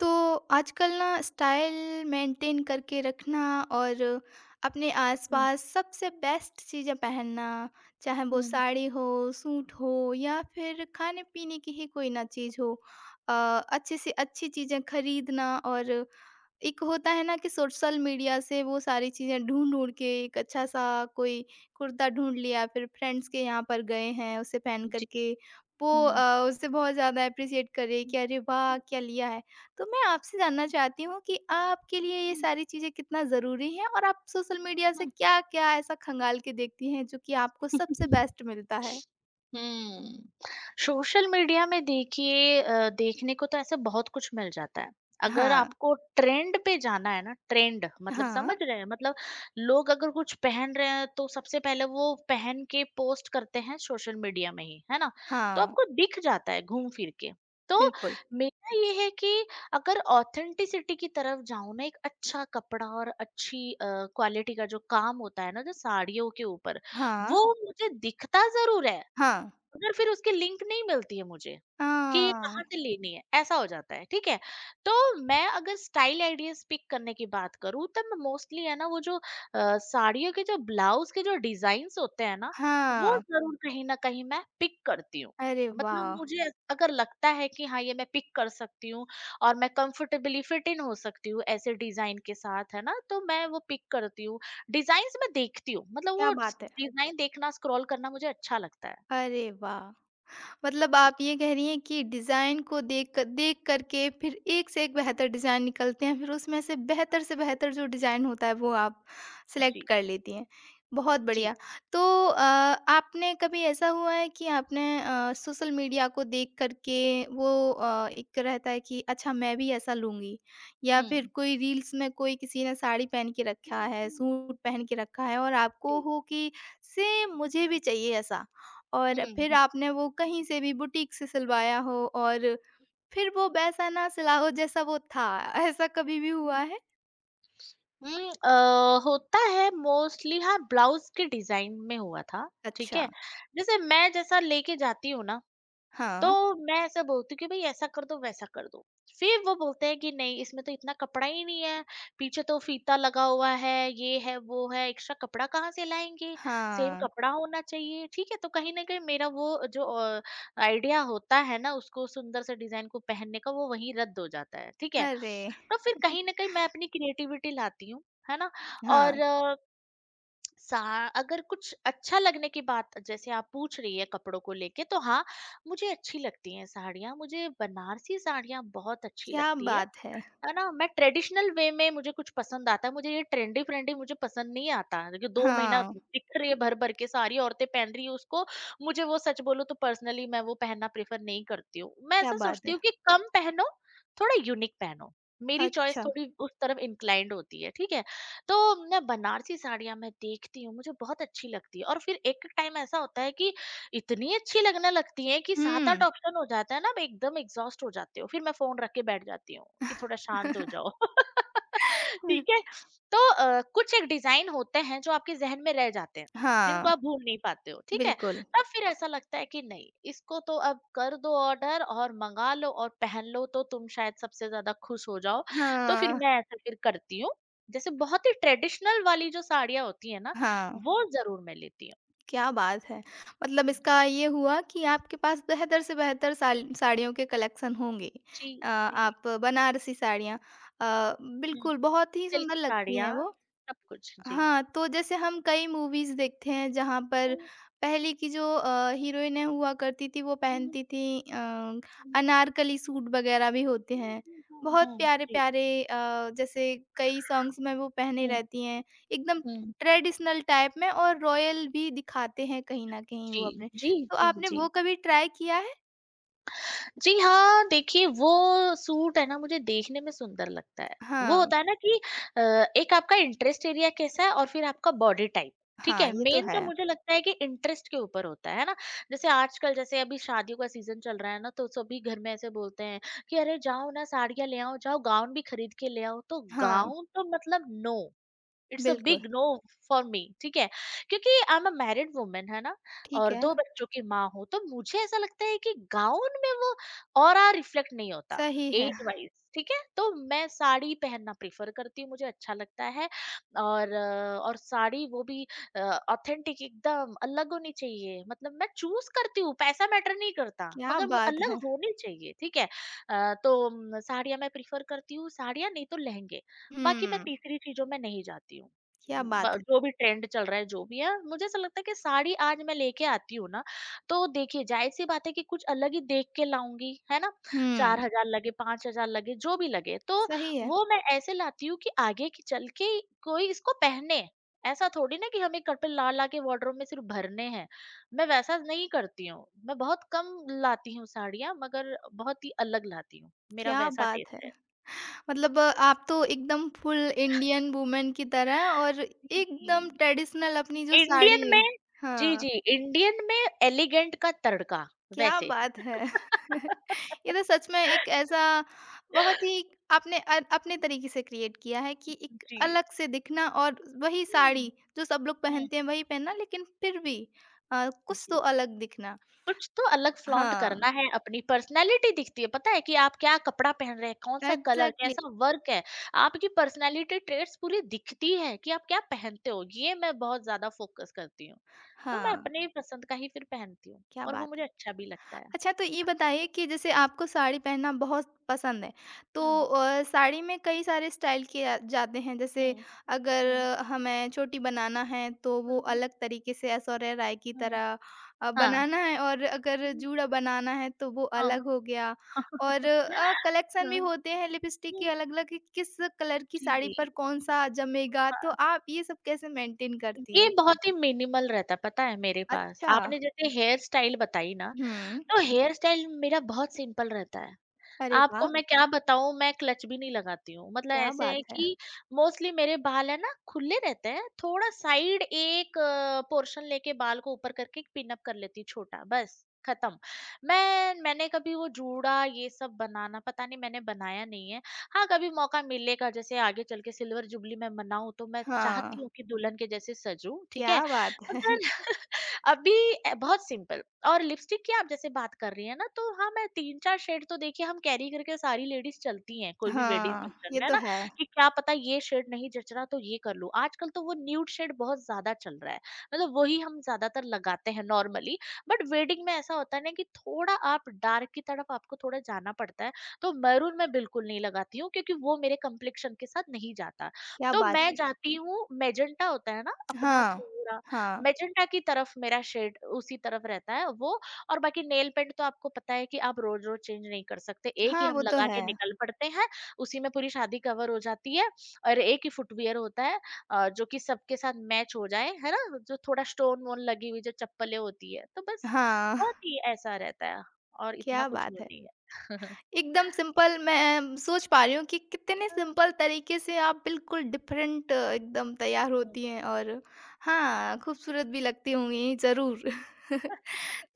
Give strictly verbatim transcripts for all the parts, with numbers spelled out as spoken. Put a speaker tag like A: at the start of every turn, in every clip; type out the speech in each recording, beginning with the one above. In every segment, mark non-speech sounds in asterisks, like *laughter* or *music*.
A: तो आजकल ना स्टाइल मेंटेन करके रखना और अपने
B: 嗯
A: आसपास सबसे बेस्ट चीज़ें पहनना, चाहे वो
B: 嗯，
A: साड़ी हो, सूट हो या फिर खाने-पीने की ही कोई ना चीज़ हो। अ, अच्छी से अच्छी चीज़ें खरीदना और एक होता है ना कि सोशल मीडिया से वो सारी चीज़ें ढूँढ-ढूँढ के एक अच्छा-सा कोई कुर्ता ढूँढ लिया, फिर फ्रेंड्स के यहाँ पर गए हैं, उसे पहन कर
B: 这
A: के वो
B: 嗯
A: अ, उसे बहुत ज़्यादा एप्रिशिएट करे कि
B: 嗯
A: अरे वाह!
B: 嗯
A: क्या लिया है। तो मैं आपसे जानना चाहती हूँ कि आपके लिए ये
B: 嗯。
A: सारी चीज़ें कितना ज़रूरी हैं और आप सोशल मीडिया से
B: 嗯
A: क्या-क्या ऐसा खंगाल के देखती हैं जो कि आपको सबसे बेस्ट मिलता है?
B: हुँ। सोशल मीडिया में देखिए अ, देखने को तो ऐसे बहुत कुछ मिल जाता है। अगर
A: हाँ,
B: आपको ट्रेंड पे जाना है ना, ट्रेंड मतलब
A: हाँ,
B: समझ रहे हैं? मतलब लोग अगर कुछ पहन रहे हैं तो सबसे पहले वो पहन के पोस्ट करते हैं सोशल मीडिया में ही, है ना? तो
A: हाँ,
B: आपको दिख जाता है घूम फिर के। तो
A: बिल्कुल।
B: मेरा ये है कि अगर ऑथेंटिसिटी की तरफ जाऊँ ना, एक अच्छा कपड़ा और अच्छी अ, क्वालिटी का जो काम होता है ना, जो साड़ियों के ऊपर,
A: हाँ,
B: वो मुझे दिखता ज़रूर है,
A: हाँ,
B: मगर फिर उसकी लिंक नहीं मिलती है मुझे, कि ये
A: हाँ,
B: कहाँ से लेनी है, ऐसा हो जाता है, ठीक है? तो मैं अगर स्टाइल आइडियाज़ पिक करने की बात करूँ, तब मैं मोस्टली है ना वो जो अ, साड़ियों के जो ब्लाउज़ के जो डिज़ाइन्स होते हैं ना, वो
A: हाँ।
B: ज़रूर कहीं न कहीं मैं पिक करती हूँ।
A: अरे
B: मतलब
A: वाह!
B: मुझे अ- अगर लगता है कि हाँ, ये मैं पिक कर सकती हूँ और मैं कंफर्टेबली फिट इन हो सकती हूँ ऐसे डिज़ाइन के साथ, है ना? तो मैं वो पिक करती हूँ। डिज़ाइन्स मैं देखती हूँ, मतलब
A: क्या
B: वो
A: बात है!
B: डिज़ाइन देखना, स्क्रॉल करना मुझे अच्छा लगता है।
A: अरे वाह! मतलब आप ये कह रही हैं कि डिज़ाइन को देख क देख कर के फिर एक से एक
B: हुँ,
A: बेहतर डिज़ाइन निकलते हैं, फिर उसमें से बेहतर से
B: जी,
A: बेहतर जो डिज़ाइन होता है वो आप सेलेक्ट
B: जी,
A: कर लेती हैं। बहुत
B: जी।
A: बढ़िया। तो अ, आपने कभी ऐसा हुआ है कि आपने अ, सोशल मीडिया को देख कर के वो अ, एक रहता है कि अच्छा मैं भी ऐसा लूँगी या फिर
B: हुँ।
A: कोई रील्स में कोई किसी ने साड़ी पहन के रखा
B: हुँ,
A: है,
B: हुँ,
A: सूट
B: हुँ,
A: पहन के रखा है और आपको
B: जी।
A: हो कि सेम मुझे भी चाहिए ऐसा? और
B: हुँ,
A: फिर
B: हुँ।
A: आपने वो कहीं से भी बुटीक से सिलवाया हो और फिर वो वैसा ना सिला हो जैसा वो था, ऐसा कभी भी हुआ
B: हुँ।
A: है?
B: हुँ, अ, होता है मोस्टली, हाँ, ब्लाउज़ के डिज़ाइन में हुआ था, ठीक
A: अच्छा,
B: है? जैसे मैं जैसा लेके जाती हूँ ना, तो
A: हाँ,
B: मैं ऐसा बोलती हूँ कि भाई ऐसा कर दो, वैसा कर दो, फिर वो बोलते हैं कि नहीं, इसमें तो इतना कपड़ा ही नहीं है, पीछे तो फीता लगा हुआ है, ये है वो है, एक्स्ट्रा कपड़ा कहाँ से लाएंगे, सेम
A: हाँ।
B: कपड़ा होना चाहिए, ठीक है? तो कहीं ना कहीं मेरा वो जो आइडिया होता है ना, उसको सुंदर से डिजाइन को पहनने का, वो वहीं रद्द हो जाता है, ठीक है?
A: अरे!
B: तो फिर कहीं ना कहीं मैं अपनी क्रिएटिविटी लाती हूँ, है ना,
A: हाँ,
B: और सा अगर कुछ अच्छा लगने की बात जैसे आप पूछ रही है कपड़ों को लेके, तो हाँ, मुझे अच्छी लगती हैं साड़ियाँ, मुझे बनारसी साड़ियाँ बहुत अच्छी
A: क्या
B: लगती है
A: बात है!
B: है ना? मैं ट्रेडिशनल वे में, मुझे कुछ पसंद आता है, मुझे ये ट्रेंडी-फ्रेंडी मुझे पसंद नहीं आता, क्योंकि दो महीना
A: हाँ,
B: दिख रही है भर-भर के सारी औरतें पहन रही हैं उसको, मुझे वो, सच बोलूँ तो पर्सनली मैं वो पहनना प्रेफ़र नहीं करती हूँ। मैं
A: क्या
B: ऐसा
A: बात
B: सोचती
A: है!
B: हूँ कि कम पहनो, थोड़ा यूनिक पहनो, मेरी चॉइस
A: अच्छा,
B: थोड़ी उस तरफ इंक्लाइंड होती है, ठीक है? तो मैं बनारसी साड़ियाँ मैं देखती हूँ, मुझे बहुत अच्छी लगती है, और फिर एक टाइम ऐसा होता है कि इतनी अच्छी लगने लगती है कि सात आठ
A: हुँ,
B: ऑप्शन हो जाता है ना, मैं एकदम एग्ज़ॉस्ट हो जाती हूँ। फिर मैं फ़ोन रख के बैठ जाती हूँ कि थोड़ा शांत हो जाओ। *laughs*
A: हुँ।
B: ठीक है? तो अ, कुछ एक डिज़ाइन होते हैं जो आपके ज़हन में रह जाते हैं,
A: हाँ,
B: जिनको आप भूल नहीं पाते हो, ठीक है?
A: बिल्कुल।
B: तब फिर ऐसा लगता है कि नहीं, इसको तो अब कर दो ऑर्डर, और मँगा लो और पहन लो, तो तुम शायद सबसे ज़्यादा खुश हो जाओ। तो फिर
A: हाँ,
B: मैं ऐसा फिर करती हूँ। जैसे बहुत ही ट्रेडिशनल वाली जो साड़ियाँ होती हैं ना,
A: हाँ।
B: वो ज़रूर मैं लेती हूँ।
A: क्या बात है! मतलब इसका ये हुआ कि आपके पास बेहतर से बेहतर साल साड़ियों के कलेक्शन होंगे।
B: जी,
A: अ,
B: जी।
A: आप बनारसी साड़ियाँ अ, बिल्कुल बहुत ही सुंदर
B: सिल्क
A: लगती हैं
B: साड़ियाँ,
A: वो।
B: सब कुछ। जी।
A: हाँ, तो जैसे हम कई मूवीज़ देखते हैं जहाँ पर
B: हुँ,
A: पहले की जो अ, हीरोइनें हुआ करती थी वो
B: हुँ, हुँ,
A: पहनती थी अ, अनारकली सूट वग़ैरह भी होते
B: हुँ,
A: हैं।
B: हुँ, हुँ,
A: बहुत
B: हुँ। जी।
A: प्यारे-प्यारे अ, जैसे कई सॉन्ग्स में वो पहने
B: हुँ,
A: रहती हैं, एकदम
B: हुँ।
A: ट्रेडिशनल टाइप में और रॉयल भी दिखाते हैं कहीं न कहीं
B: जी,
A: वो अपने।
B: जी,
A: तो
B: जी,
A: आपने
B: जी।
A: वो कभी ट्राई किया है?
B: जी हाँ, देखिए वो सूट है ना, मुझे देखने में सुंदर लगता है। वो
A: हाँ,
B: होता है ना कि अ, एक आपका इंटरेस्ट एरिया कैसा है, और फिर आपका बॉडी टाइप, ठीक
A: हाँ,
B: है?
A: ये तो
B: मेन
A: है।
B: तो मुझे लगता है कि इंटरेस्ट के ऊपर होता है, है ना? जैसे आजकल, जैसे अभी शादियों का सीज़न चल रहा है ना, तो सभी घर में ऐसे बोलते हैं कि अरे जाओ ना, साड़ियाँ ले आओ, जाओ गाउन भी खरीद के ले आओ। तो
A: हाँ,
B: गाउन तो मतलब नो। इट्स अ
A: बिल्कुल,
B: बिग नो फॉर मी, ठीक है, क्योंकि I am a married woman, है ना,
A: ठीक
B: और
A: है,
B: दो बच्चों की माँ हूँ, तो मुझे ऐसा लगता है कि गाउन में वो ऑरा रिफ्लेक्ट नहीं होता
A: सही है।
B: एज वाइज, ठीक है? तो मैं साड़ी पहनना प्रेफर करती हूँ, मुझे अच्छा लगता है, और अ, और साड़ी वो भी ऑथेंटिक एकदम अलग होनी चाहिए, मतलब मैं चूज करती हूँ, पैसा मैटर नहीं करता,
A: क्या
B: मगर मु-
A: बात है!
B: अलग होनी चाहिए, ठीक है? अ, तो म, साड़ियाँ मैं प्रेफर करती हूँ, साड़ियाँ नहीं तो लहंगे, बाकी मैं
A: हुँ,
B: तीसरी चीज़ों में नहीं जाती हूँ।
A: क्या
B: ब
A: बात है!
B: जो भी ट्रेंड चल रहा है, जो भी है, मुझे ऐसा लगता है कि साड़ी आज मैं लेके आती हूँ ना, तो देखिए ज़ाहिर-सी बात है कि कुछ अलग ही देख के लाऊँगी, है ना?
A: हुँ।
B: चार हज़ार लगे, पाँच हज़ार लगे, जो भी लगे, तो
A: सही है।
B: वो मैं ऐसे लाती हूँ कि आगे की चल के कोई इसको पहने। ऐसा थोड़ी ना कि हमें कपड़े ला-ला के वार्डरोब में सिर्फ़ भरने हैं। मैं वैसा नहीं करती हूँ। मैं बहुत कम लाती हूँ साड़ियाँ, मगर बहुत ही अलग लाती हूँ। मेरा
A: क्या
B: वैसा
A: बात है!
B: टेस्ट है।
A: मतलब अ, आप तो एकदम फुल इंडियन वुमन की तरह हैं और एकदम
B: जी।
A: ट्रेडिशनल अपनी जो साड़ी
B: इंडियन
A: है।
B: में जी,
A: हाँ,
B: जी, इंडियन में एलिगेंट का तड़का
A: क्या
B: वैसे।
A: बात है!
B: *laughs*
A: *laughs* ये तो सच में एक ऐसा बहुत ही आपने अ, अपने तरीके से क्रिएट किया है कि एक
B: जी।
A: अलग से दिखना और वही
B: हुँ,
A: साड़ी जो सब लोग
B: हुँ,
A: पहनते हैं वही पहनना लेकिन फिर भी अ, कुछ तो
B: जी।
A: अलग दिखना।
B: कुछ तो अलग फ्लॉन्ट
A: हाँ,
B: करना है, अपनी पर्सनैलिटी दिखती है, पता है कि आप क्या कपड़ा पहन रहे हैं, कौन-सा कलर,
A: एग्ज़ैक्टली।
B: कैसा वर्क है, आपकी पर्सनैलिटी ट्रेट्स पूरी दिखती है कि आप क्या पहनते हो, ये मैं बहुत ज़्यादा फ़ोकस करती हूँ। तो मैं
A: हाँ,
B: अपनी पसंद का ही फिर पहनती हूँ,
A: क्या
B: और वो
A: बात
B: मुझे
A: है!
B: अच्छा भी लगता है।
A: अच्छा तो ये बताइए कि जैसे आपको साड़ी पहनना बहुत पसंद है तो
B: हुँ,
A: अ, साड़ी में कई सारे स्टाइल किए जा- जाते हैं जैसे
B: हुँ, हुँ,
A: अगर
B: हुँ,
A: हमें छोटी बनाना है तो वो
B: हुँ, हुँ,
A: अलग तरीके से ऐश्वर्या राय की
B: हुँ।
A: तरह अ,
B: हाँ।
A: बनाना है और अगर जूड़ा बनाना है तो वो
B: हाँ।
A: अलग हो गया और
B: *laughs*
A: कलेक्शन
B: हाँ,
A: भी होते हैं लिपस्टिक के
B: हुँ,
A: अलग अलग किस कलर की साड़ी
B: जी।
A: पर कौन सा जमेगा
B: हाँ,
A: तो आप ये सब कैसे मेंटेन करती है?
B: ये बहुत ही मिनिमल रहता है, पता है, मेरे पास।
A: अच्छा।
B: आपने जैसे हेयर स्टाइल बताई ना,
A: हम्म।
B: तो हेयर स्टाइल मेरा बहुत सिंपल रहता है।
A: अरे
B: आपको
A: वाह!
B: मैं क्या बताऊँ, मैं क्लच भी नहीं लगाती हूँ। मतलब
A: क्या
B: ऐसे
A: बात
B: है
A: है!
B: कि मोस्टली मेरे बाल है ना खुले रहते हैं, थोड़ा साइड एक पोर्शन लेके बाल को ऊपर करके एक पिन अप कर लेती हूँ छोटा, बस खत्म। मैं मैंने कभी वो जूड़ा ये सब बनाना, पता नहीं, मैंने बनाया नहीं है। हाँ, कभी मौका मिलेगा, जैसे आगे चल के सिल्वर जुबली मैं मनाऊँ, तो मैं चाहती
A: हाँ,
B: हूँ कि दुल्हन के जैसे सजूँ, ठीक है?
A: क्या बात है!
B: मगर अभी अ, बहुत सिंपल, और लिपस्टिक की आप जैसे बात कर रही है ना, तो हाँ, मैं तीन चार शेड तो देखिए हम कैरी करके सारी लेडीज चलती हैं, कोई भी वेडिंग
A: हाँ,
B: फंक्शन
A: ये
B: में, है
A: तो
B: ना,
A: है।
B: कि क्या पता ये शेड नहीं जच रहा तो ये कर लूं। आजकल तो वो न्यूड शेड बहुत ज्यादा चल रहा है, मतलब वही हम ज्यादातर लगाते हैं नॉर्मली, बट वेडिंग में ऐसा होता है ना कि थोड़ा आप डार्क की तरफ आपको थोड़ा जाना पड़ता है, तो मैरून मैं बिल्कुल नहीं लगाती हूँ क्योंकि वो मेरे कम्प्लेक्शन के साथ नहीं जाता,
A: क्या
B: तो
A: बात
B: मैं हम्म
A: है!
B: जाती हूँ, मेजेंटा होता है ना अपना
A: हाँ,
B: थोड़ा,
A: हाँ,
B: मैजेंटा की तरफ मेरा शेड उसी तरफ रहता है वो। और बाकी नेल पेंट तो आपको पता है कि आप रोज-रोज चेंज नहीं कर सकते। एक ही
A: हाँ,
B: हम
A: वो तो
B: लगा
A: है।
B: के निकल पड़ते हैं, उसी में पूरी शादी कवर हो जाती है, और एक ही फुटवियर होता है अ, जो कि सबके साथ मैच हो जाए, है ना? जो थोड़ा स्टोन-वोन लगी हुई जो चप्पलें होती है, तो बस
A: हाँ,
B: बहुत ही ऐसा रहता है, और इतना
A: क्या
B: कुछ
A: बात
B: वो
A: है!
B: नहीं है।
A: एकदम सिंपल मैं सोच पा रही हूँ कि कितने सिंपल तरीके से आप बिल्कुल डिफरेंट एकदम तैयार होती हैं और हाँ, खूबसूरत भी लगती होंगी ज़रूर। *laughs*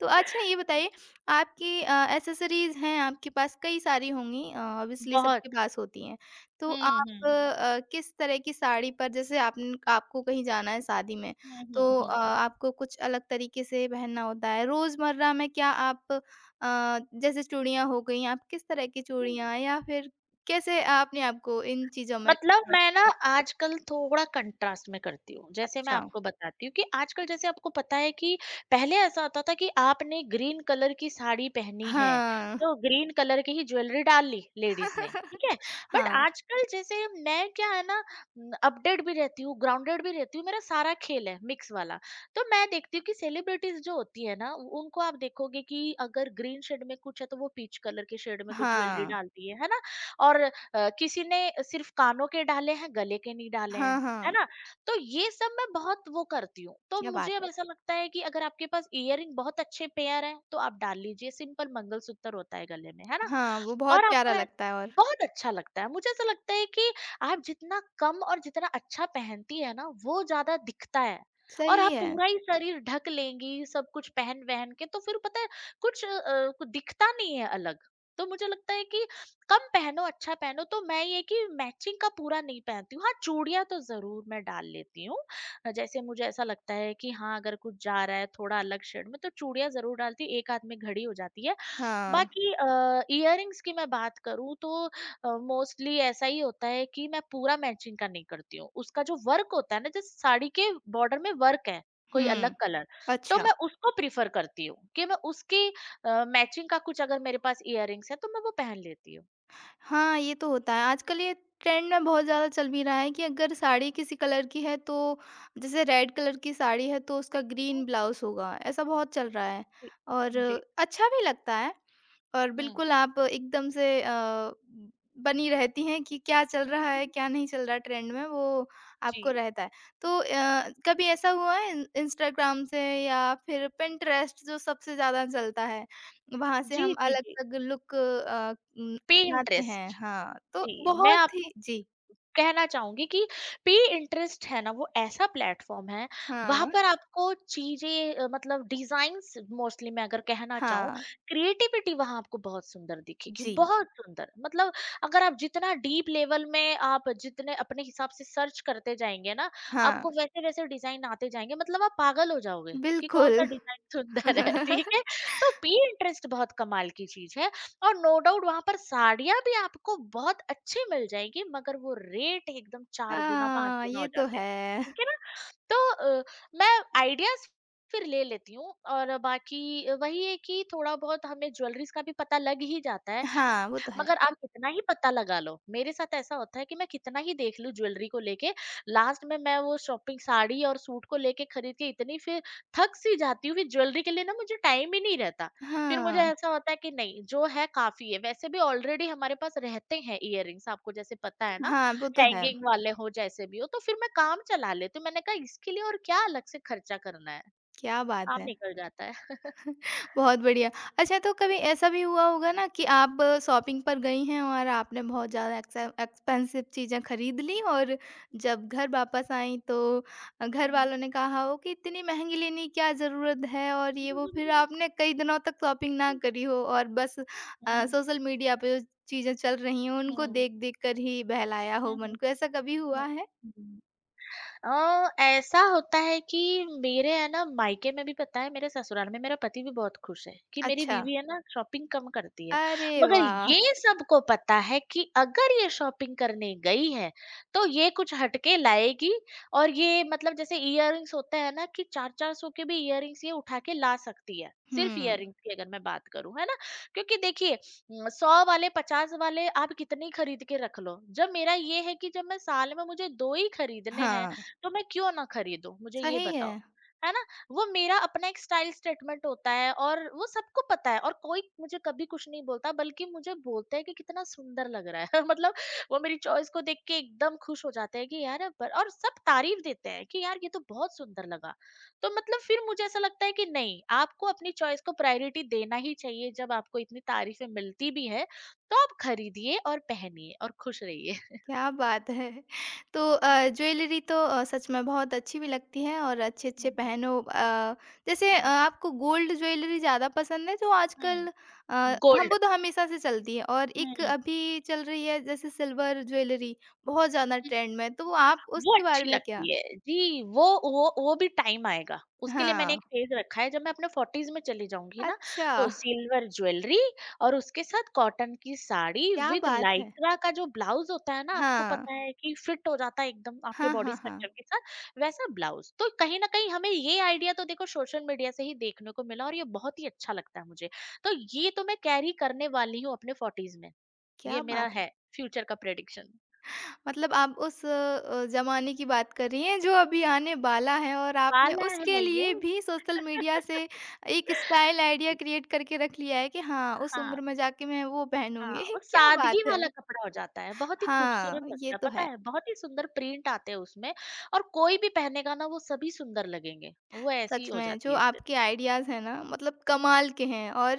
A: तो अच्छा ये बताइए, आपकी अ, एक्सेसरीज़ हैं आपके पास कई सारी होंगी अ, ऑब्वियसली
B: बहुत।
A: सबके पास होती हैं। तो
B: हुँ,
A: आप
B: हुँ।
A: अ, किस तरह की साड़ी पर जैसे आपन आपको कहीं जाना है शादी में
B: हुँ,
A: तो अ,
B: हुँ,
A: आपको कुछ अलग तरीके से पहनना होता है। रोज़मर्रा में क्या आप अ, जैसे चूड़ियाँ हो गई आप किस तरह की
B: हुँ।
A: चूड़ियाँ या फिर कैसे आपने आपको इन चीज़ों में
B: मतलब
A: रखा?
B: मैं ना आजकल थोड़ा कंट्रास्ट में करती हूँ। जैसे मैं
A: अच्छा।
B: आपको बताती हूँ कि आजकल जैसे आपको पता है कि पहले ऐसा होता था कि आपने ग्रीन कलर की साड़ी पहनी है,
A: हाँ।
B: तो ग्रीन कलर की ही ज्वेलरी डाल ली लेडीज़ ने, ठीक
A: *laughs*
B: है? बट
A: हाँ।
B: आजकल जैसे मैं, क्या है ना, उम, अपडेट भी रहती हूँ, ग्राउंडेड भी रहती हूँ, मेरा सारा खेल है मिक्स वाला। तो मैं देखती हूँ कि सेलिब्रिटीज़ जो होती है ना, उ उनको आप देखोगे कि अगर ग्रीन शेड में कुछ है तो वो पीच कलर के शेड में कुछ ज्वेलरी
A: हाँ।
B: डालती है, है ना? और अ, किसी ने सिर्फ कानों के डाले हैं, गले के नहीं डाले
A: हाँ,
B: हैं, है
A: हाँ।
B: ना। तो ये सब मैं बहुत वो करती हूँ, तो
A: क्या बात!
B: मुझे अब ऐसा लगता है कि अगर आपके पास इयरिंग बहुत अच्छे पेयर हैं तो आप डाल लीजिए। सिंपल मंगलसूत्र होता है गले में, है ना।
A: हाँ, वो बहुत
B: और
A: प्यारा
B: आपको ऐ-
A: लगता है और
B: बहुत अच्छा लगता है। मुझे ऐसा लगता है कि आप जितना कम और जितना अच्छा पहनती है ना, वो ज्यादा दिखता है। और
A: सही
B: आप
A: है।
B: पूरा ही शरीर ढक लेंगी, सब कुछ पहन वहन के, तो फिर पता है कुछ, अ, कुछ दिखता नहीं है अलग। तो मुझे लगता है कि कम पहनो, अच्छा पहनो। तो मैं ये कि मैचिंग का पूरा नहीं पहनती हूँ। हाँ, चूड़ियाँ तो जरूर मैं डाल लेती हूँ। अ, जैसे मुझे ऐसा लगता है कि हाँ, अगर कुछ जा रहा है थोड़ा अलग शेड में तो चूड़ियाँ जरूर डालती हूँ। एक हाथ में घड़ी हो जाती है।
A: हाँ,
B: बाकी इयररिंग्स की मैं बात करूँ तो मोस्टली ऐसा ही होता है कि मैं पूरा मैचिंग का नहीं करती हूँ। उसका जो वर्क होता है ना, जैसे साड़ी के बॉर्डर में वर्क है कोई अलग
A: हुँ।
B: कलर। तो
A: अच्छा।
B: मैं उसको प्रिफर करती हूँ कि मैं उसकी मैचिंग का कुछ अगर मेरे पास इयररिंग्स है तो मैं वो पहन लेती हूँ।
A: हाँ, ये तो होता है। आजकल ये ट्रेंड में
B: हुँ,
A: बहुत ज़्यादा चल भी रहा है कि अगर साड़ी किसी कलर की है तो जैसे रेड कलर की साड़ी है तो उसका ग्रीन
B: ओके।
A: ब्लाउज़ होगा, ऐसा बहुत चल रहा है। और
B: जी।
A: अच्छा भी लगता है और
B: हुँ।
A: बिल्कुल आप एकदम से अ, बनी रहती हैं कि क्या चल रहा है, क्या नहीं चल रहा है ट्रेंड में वो आपको
B: जी,
A: रहता है। तो अ, कभी ऐसा हुआ है इन इंस्टाग्राम से या फिर पिंटरेस्ट जो सबसे ज़्यादा चलता है, वहाँ से
B: जी,
A: हम
B: जी, जी।
A: अलग-अलग लुक अ, उम बनाते हैं,
B: पिंटरेस्ट।
A: हाँ, तो
B: जी, मैं
A: बहुत ही
B: आपको
A: जी,
B: कहना चाहूँगी कि पे इंटरेस्ट है ना, वो ऐसा प्लेटफ़ॉर्म है। वहाँ
A: हाँ,
B: पर आपको चीज़ें अ, मतलब डिज़ाइन्स, मोस्टली मैं अगर कहना चाहूँ,
A: हाँ,
B: क्रिएटिविटी वहाँ आपको बहुत सुंदर दिखेगी,
A: जी,
B: बहुत सुंदर। मतलब अगर आप जितना डीप लेवल में आप जितने अपने हिसाब से सर्च करते जाएँगे ना,
A: हाँ,
B: आपको वैसे-वैसे डिज़ाइन आते जाएँगे। मतलब आप पागल हो जाओगे कि
A: बिल्कुल।
B: कौन-सा डिज़ाइन सुंदर है,
A: *laughs*
B: ठीक है? तो पे इंटरेस्ट बहुत कमाल की चीज़ है। और नो डाउट वहां पर साड़ियां भी आपको बहुत अच्छी मिल जाएगी, मगर वो रेट एकदम चार गुना पांच
A: हाँ,
B: गुना
A: ये
B: हो
A: तो
B: जाते हैं।
A: है।
B: ठीक है ना। तो अ, मैं आइडियाज फिर ले लेती हूँ और बाकी वही है कि थोड़ा बहुत हमें ज्वेलरीज का भी पता लग ही जाता है।
A: हाँ, वो तो है।
B: मगर आप कितना ही पता लगा लो, मेरे साथ ऐसा होता है कि मैं कितना ही देखलू ज्वेलरी को लेके, लास्ट में मैं वो शॉपिंग साड़ी और सूट को लेके खरीदती इतनी, फिर थक सी जाती हूँ, फिर ज्वेलरी के लिए ना मुझे टाइम ही नहीं रहता। फिर मुझे
A: हाँ,
B: ऐसा होता है कि नहीं, जो है काफी है, वैसे भी ऑलरेडी हमारे पास रहते हैं इयररिंग्स, आपको जैसे पता है ना,
A: हाँ, वो तो है।
B: हैंगिंग वाले हो जैसे भी हो, तो फिर मैं काम चला लेती हूँ। मैंने कहा इसके लिए और क्या अलग से खर्चा करना है,
A: क्या बात
B: काम
A: है!
B: निकल जाता है।
A: बहुत बढ़िया। अच्छा तो कभी ऐसा भी हुआ होगा ना कि आप शॉपिंग पर गई हैं और आपने बहुत ज़्यादा एक्से एक्सपेंसिव चीज़ें खरीद लीं और जब घर वापस आईं तो अ, घर
B: हम्म, हम्म,
A: वालों ने कहा हो कि इतनी महँगी लेने की क्या ज़रूरत है और ये वो फिर
B: हम्म,
A: आपने कई दिनों तक शॉपिंग ना
B: हम्म,
A: करी हो और बस अ,
B: हम्म,
A: सोशल मीडिया पे जो चीज़ें चल रही हैं उनको
B: हम्म,
A: देख-देख कर ही बहलाया हो मन
B: हम्म,
A: को, ऐसा कभी
B: 嗯，
A: हुआ है?
B: 嗯，अ, ऐसा होता है कि मेरे है ना मायके में भी पता है, मेरे ससुराल में मेरा पति भी बहुत खुश है कि मेरी
A: अच्छा।
B: बीवी है ना शॉपिंग कम करती है।
A: अरे
B: मगर
A: वाह!
B: ये सबको पता है कि अगर ये शॉपिंग करने गई है तो ये कुछ हटके लाएगी। और ये मतलब जैसे इयररिंग्स होते हैं ना कि चार चार सौ के भी इयररिंग्स ये उठा के ला सकती है, सिर्फ
A: हुँ।
B: इयररिंग्स की अगर मैं बात करूं है ना। क्योंकि देखिए हम्म, सौ वाले पचास वाले आप कितने ही खरीद के रख लो, जब मेरा ये है कि जब मैं साल में मुझे दो ही खरीदने हैं।
A: हाँ।
B: तो मैं क्यों ना खरीदूँ? मुझे ये
A: सही
B: बताओ।
A: है।
B: है ना? वो मेरा अपना एक स्टाइल स्टेटमेंट होता है और वो सबको पता है और कोई मुझे कभी कुछ नहीं बोलता, बल्कि मुझे बोलता है कि कितना सुंदर लग रहा है। *laughs* मतलब वो मेरी चॉइस को देख के एकदम खुश हो जाते हैं कि यार, पर और सब तारीफ़ देते हैं कि यार ये तो बहुत सुंदर लगा। तो मतलब फिर मुझे ऐसा लगता है कि नहीं, आपको अपनी चॉइस को प्रायोरिटी देना ही चाहिए। जब आपको इतनी तारीफ़ें मिलती भी हैं, तो आप खरीदिए और पहनिए और खुश रहिए।
A: क्या बात है! तो अ,
B: *laughs*
A: ज्वेलरी तो अ, सच में बहुत अच्छी भी लगती है और
B: हुँ,
A: अच्छे-अच्छे
B: हुँ।
A: पहनो अ, जैसे अ,
B: हुँ,
A: आपको गोल्ड ज्वेलरी ज़्यादा पसंद है जो आजकल अ,
B: *laughs*
A: हम
B: गोल्ड।
A: वो तो हमेशा से चलती है और एक
B: हुँ।
A: अभी चल रही है जैसे सिल्वर ज्वेलरी बहुत ज़्यादा ट्रेंड में है, तो आप
B: वो
A: उसके बारे
B: अच्छी
A: में क्या?
B: लगती है। जी, वो वो वो भी टाइम आएगा। उसके लिए मैंने
A: हाँ,
B: एक फेज़ रखा है, जब मैं अपने फ़ोर्टीज़ में चली जाऊँगी ना,
A: अच्छा,
B: तो सिल्वर ज्वेलरी और उसके साथ कॉटन की साड़ी
A: क्या
B: विद
A: बात है!
B: लाइक्रा का जो ब्लाउज़ होता है ना, आपको
A: हाँ,
B: पता है कि फिट हो जाता है एकदम आपके
A: हाँ,
B: बॉडी
A: हाँ, हाँ,
B: स्ट्रक्चर के साथ, वैसा ब्लाउज़। तो कहीं न कहीं हमें ये आइडिया तो देखो सोशल मीडिया से ही देखने को मिला और ये बहुत ही अच्छा लगता है मुझे। तो ये तो मैं कैरी करने वाली हूँ अपने फ़ोर्टीज़ में।
A: क्या
B: ये मेरा
A: बात है!
B: है फ्यूचर का प्रेडिक्शन
A: मतलब आप उस अ, ज़माने की बात कर रही हैं जो अभी आने वाला है और आपने
B: वाला
A: उसके
B: है ये।
A: लिए भी सोशल मीडिया से एक स्टाइल आइडिया
B: जी,
A: क्रिएट करके रख लिया है कि हाँ, उस
B: हाँ,
A: उम्र में जाके मैं वो
B: हाँ,
A: पहनूँगी। *laughs*
B: वो
A: क्या बात
B: सादगी
A: है!
B: वाला कपड़ा हो जाता है, बहुत ही
A: हाँ,
B: खूबसूरत
A: ये
B: लगता है,
A: तो
B: पता
A: है।
B: है? बहुत ही सुंदर प्रिंट आते हैं उसमें। और कोई भी पहनेगा ना वो सभी सुंदर लगेंगे, वो ऐसी
A: सच
B: हो
A: में जो
B: जाती है फिर।
A: आपके आइडियाज़ हैं ना मतलब कमाल के हैं और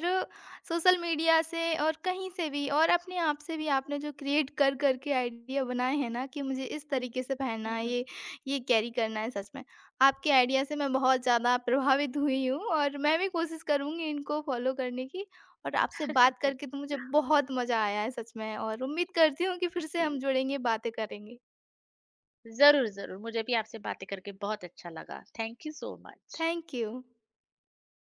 A: सोशल मीडिया से और कहीं से भी और अपने आप से भी आपने जो क्रिएट कर कर के आइडिया बनाए हैं ना कि मुझे इस
B: हुँ,
A: तरीके से पहनना है,
B: हुँ,
A: ये ये कैरी करना है, सच में आपके आइडिया से मैं बहुत ज़्यादा प्रभावित हुई हूँ और मैं भी कोशिश करूँगी इनको फॉलो करने की और आपसे
B: *laughs*
A: बात
B: जी।
A: करके तो मुझे बहुत मज़ा आया है सच में और उम्मीद
B: जी,
A: करती हूँ कि फिर से हम
B: जी।
A: जुड़ेंगे बातें करेंगे।
B: ज़रूर, ज़रूर, मुझे भी आपसे बातें करके बहुत अच्छा लगा। Thank you so much.
A: Thank you.